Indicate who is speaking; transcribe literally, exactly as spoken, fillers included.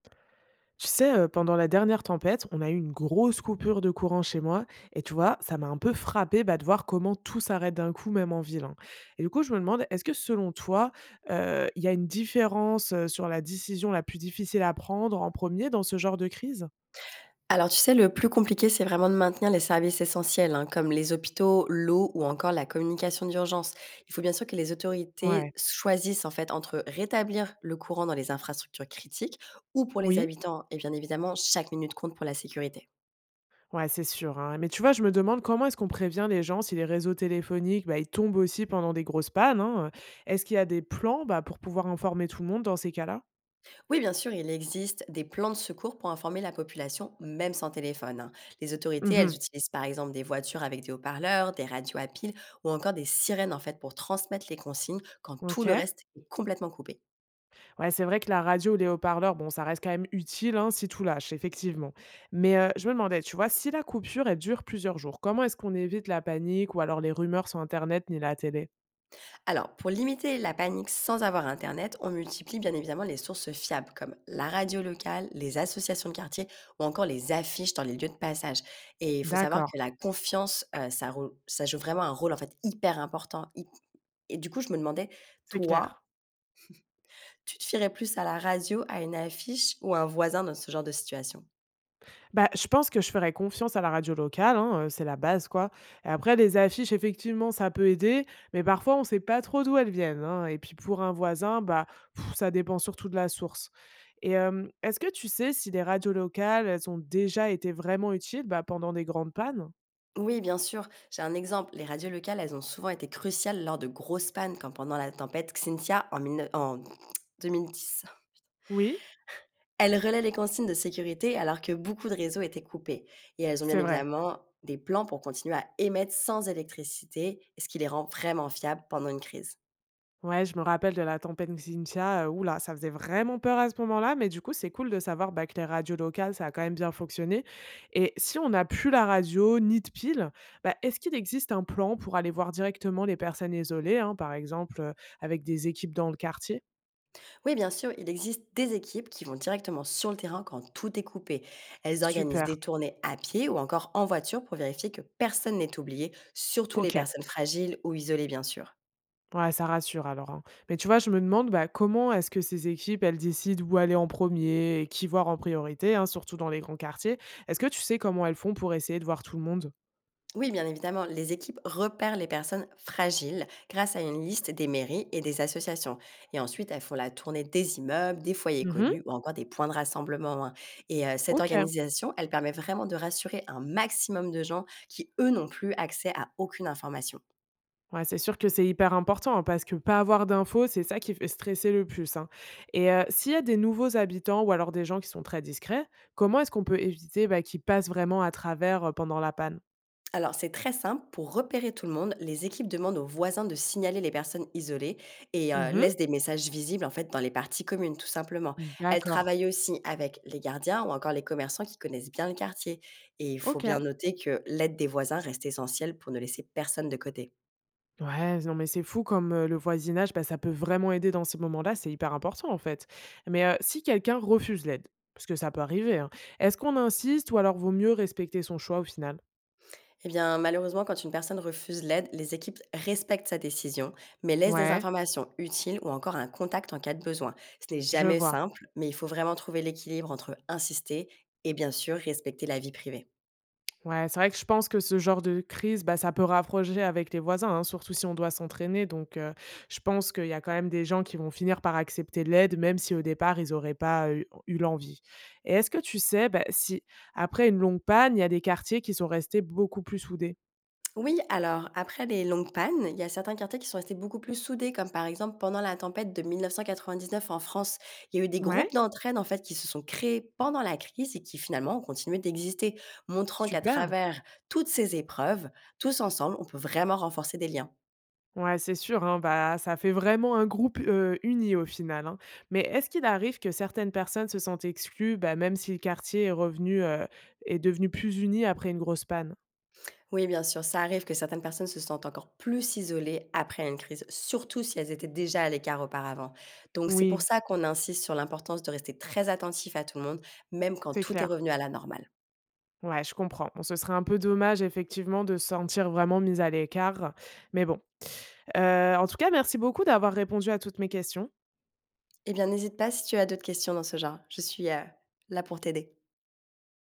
Speaker 1: Tu sais, heu, pendant la dernière tempête, on a eu une grosse coupure de courant chez moi et tu vois, ça m'a un peu frappée, bah, de voir comment tout s'arrête d'un coup, même en ville, hein. Et du coup, je me demande, est-ce que selon toi, heu, il y a une différence, heu, sur la décision la plus difficile à prendre en premier dans ce genre de crise?
Speaker 2: Alors tu sais, le plus compliqué, c'est vraiment de maintenir les services essentiels, hein, comme les hôpitaux, l'eau ou encore la communication d'urgence. Il faut bien sûr que les autorités
Speaker 1: Ouais.
Speaker 2: choisissent en fait entre rétablir le courant dans les infrastructures critiques ou pour les
Speaker 1: Oui.
Speaker 2: habitants. Et bien évidemment, chaque minute compte pour la sécurité.
Speaker 1: Ouais, c'est sûr, hein. Mais tu vois, je me demande comment est-ce qu'on prévient les gens si les réseaux téléphoniques, bah, ils tombent aussi pendant des grosses pannes, hein. Est-ce qu'il y a des plans, bah, pour pouvoir informer tout le monde dans ces cas-là?
Speaker 2: Oui, bien sûr, il existe des plans de secours pour informer la population, même sans téléphone, hein. Les autorités, elles
Speaker 1: Mmh.
Speaker 2: utilisent par exemple des voitures avec des haut-parleurs, des radios à piles ou encore des sirènes en fait pour transmettre les consignes quand tout le
Speaker 1: OK.
Speaker 2: reste est complètement coupé.
Speaker 1: Ouais, c'est vrai que la radio ou les haut-parleurs, bon, ça reste quand même utile hein, si tout lâche, effectivement. Mais euh, je me demandais, tu vois, si la coupure elle dure plusieurs jours, comment est-ce qu'on évite la panique ou alors les rumeurs sur Internet ni la télé?
Speaker 2: Alors, pour limiter la panique sans avoir Internet, on multiplie bien évidemment les sources fiables comme la radio locale, les associations de quartier ou encore les affiches dans les lieux de passage. Et il faut savoir
Speaker 1: D'accord,
Speaker 2: que la confiance, euh, ça, rou- ça joue vraiment un rôle en fait hyper important. Hy- Et du coup, je me demandais,
Speaker 1: c'est
Speaker 2: toi,
Speaker 1: clair.
Speaker 2: tu te fierais plus à la radio, à une affiche ou à un voisin dans ce genre de situation.
Speaker 1: Bah, je pense que je ferais confiance à la radio locale, hein, heu, c'est la base, quoi. Et après les affiches, effectivement, ça peut aider, mais parfois on ne sait pas trop d'où elles viennent, hein. Et puis pour un voisin, bah, pff, ça dépend surtout de la source. Et hem, est-ce que tu sais si les radios locales, elles ont déjà été vraiment utiles, bah, pendant des grandes pannes?
Speaker 2: Oui, bien sûr. J'ai un exemple. Les radios locales, elles ont souvent été cruciales lors de grosses pannes, comme pendant la tempête Xynthia en, dix-neuf en deux mille dix.
Speaker 1: Oui,
Speaker 2: Elles relaient les consignes de sécurité alors que beaucoup de réseaux étaient coupés. Et elles ont bien
Speaker 1: c'est vrai.
Speaker 2: évidemment des plans pour continuer à émettre sans électricité, ce qui les rend vraiment fiables pendant une crise.
Speaker 1: Ouais, je me rappelle de la tempête Xynthia, heu, ouh ça faisait vraiment peur à ce moment-là, mais du coup, c'est cool de savoir, bah, que les radios locales, ça a quand même bien fonctionné et si on n'a plus la radio ni de pile, bah, est-ce qu'il existe un plan pour aller voir directement les personnes isolées, hein, par exemple, heu, avec des équipes dans le quartier?
Speaker 2: Oui, bien sûr, il existe des équipes qui vont directement sur le terrain quand tout est coupé. Elles organisent
Speaker 1: Super,
Speaker 2: des tournées à pied ou encore en voiture pour vérifier que personne n'est oublié, surtout les
Speaker 1: OK.
Speaker 2: personnes fragiles ou isolées, bien sûr.
Speaker 1: Ouais, ça rassure alors, hein. Mais tu vois, je me demande, bah, comment est-ce que ces équipes, elles décident où aller en premier, et qui voir en priorité, hein, surtout dans les grands quartiers? Est-ce que tu sais comment elles font pour essayer de voir tout le monde?
Speaker 2: Oui, bien évidemment, les équipes repèrent les personnes fragiles grâce à une liste des mairies et des associations. Et ensuite, elles font la tournée des immeubles, des foyers
Speaker 1: Mmh.
Speaker 2: connus ou encore des points de rassemblement, hein. Et euh, cette
Speaker 1: OK.
Speaker 2: organisation, elle permet vraiment de rassurer un maximum de gens qui, eux, n'ont plus accès à aucune information.
Speaker 1: Ouais, c'est sûr que c'est hyper important hein, parce que pas avoir d'infos, c'est ça qui fait stresser le plus, hein. Et heu, s'il y a des nouveaux habitants ou alors des gens qui sont très discrets, comment est-ce qu'on peut éviter, bah, qu'ils passent vraiment à travers, heu, pendant la panne?
Speaker 2: Alors, c'est très simple. Pour repérer tout le monde, les équipes demandent aux voisins de signaler les personnes isolées et euh,
Speaker 1: Mmh.
Speaker 2: laissent des messages visibles en fait dans les parties communes, tout simplement. Elles
Speaker 1: D'accord.
Speaker 2: travaillent aussi avec les gardiens ou encore les commerçants qui connaissent bien le quartier. Et il faut bien
Speaker 1: OK.
Speaker 2: noter que l'aide des voisins reste essentielle pour ne laisser personne de côté.
Speaker 1: Ouais, non, mais c'est fou comme, heu, le voisinage, bah, ça peut vraiment aider dans ces moments-là, c'est hyper important, en fait. Mais heu, si quelqu'un refuse l'aide, parce que ça peut arriver, hein, est-ce qu'on insiste ou alors vaut mieux respecter son choix au final?
Speaker 2: Eh bien, malheureusement, quand une personne refuse l'aide, les équipes respectent sa décision, mais laissent des
Speaker 1: Ouais,
Speaker 2: informations utiles ou encore un contact en cas de besoin. Ce n'est
Speaker 1: je
Speaker 2: jamais
Speaker 1: vois.
Speaker 2: simple, mais il faut vraiment trouver l'équilibre entre insister et bien sûr respecter la vie privée.
Speaker 1: Ouais, c'est vrai que je pense que ce genre de crise, bah, ça peut rapprocher avec les voisins, hein, surtout si on doit s'entraîner. Donc, heu, je pense qu'il y a quand même des gens qui vont finir par accepter l'aide, même si au départ, ils auraient pas eu eu l'envie. Et est-ce que tu sais, bah, si après une longue panne, il y a des quartiers qui sont restés beaucoup plus soudés?
Speaker 2: Oui, alors après les longues pannes, il y a certains quartiers qui sont restés beaucoup plus soudés, comme par exemple pendant la tempête de mille neuf cent quatre-vingt-dix-neuf en France. Il y a eu des
Speaker 1: Ouais,
Speaker 2: groupes d'entraide en fait qui se sont créés pendant la crise et qui finalement ont continué d'exister, montrant qu'à
Speaker 1: super.
Speaker 2: travers toutes ces épreuves, tous ensemble, on peut vraiment renforcer des liens.
Speaker 1: Ouais, c'est sûr, hein, bah, ça fait vraiment un groupe, heu, uni au final, hein. Mais est-ce qu'il arrive que certaines personnes se sentent exclues, bah, même si le quartier est revenu, heu, est devenu plus uni après une grosse panne?
Speaker 2: Oui, bien sûr, ça arrive que certaines personnes se sentent encore plus isolées après une crise, surtout si elles étaient déjà à l'écart auparavant. Donc c'est pour
Speaker 1: Oui.
Speaker 2: ça qu'on insiste sur l'importance de rester très attentif à tout le monde, même quand
Speaker 1: C'est
Speaker 2: tout est
Speaker 1: clair.
Speaker 2: revenu à la normale.
Speaker 1: Ouais, je comprends. Bon, ce serait un peu dommage, effectivement, de se sentir vraiment mise à l'écart, mais bon. Heu, en tout cas, merci beaucoup d'avoir répondu à toutes mes questions.
Speaker 2: Eh bien, n'hésite pas si tu as d'autres questions dans ce genre. Je suis, heu, là pour t'aider.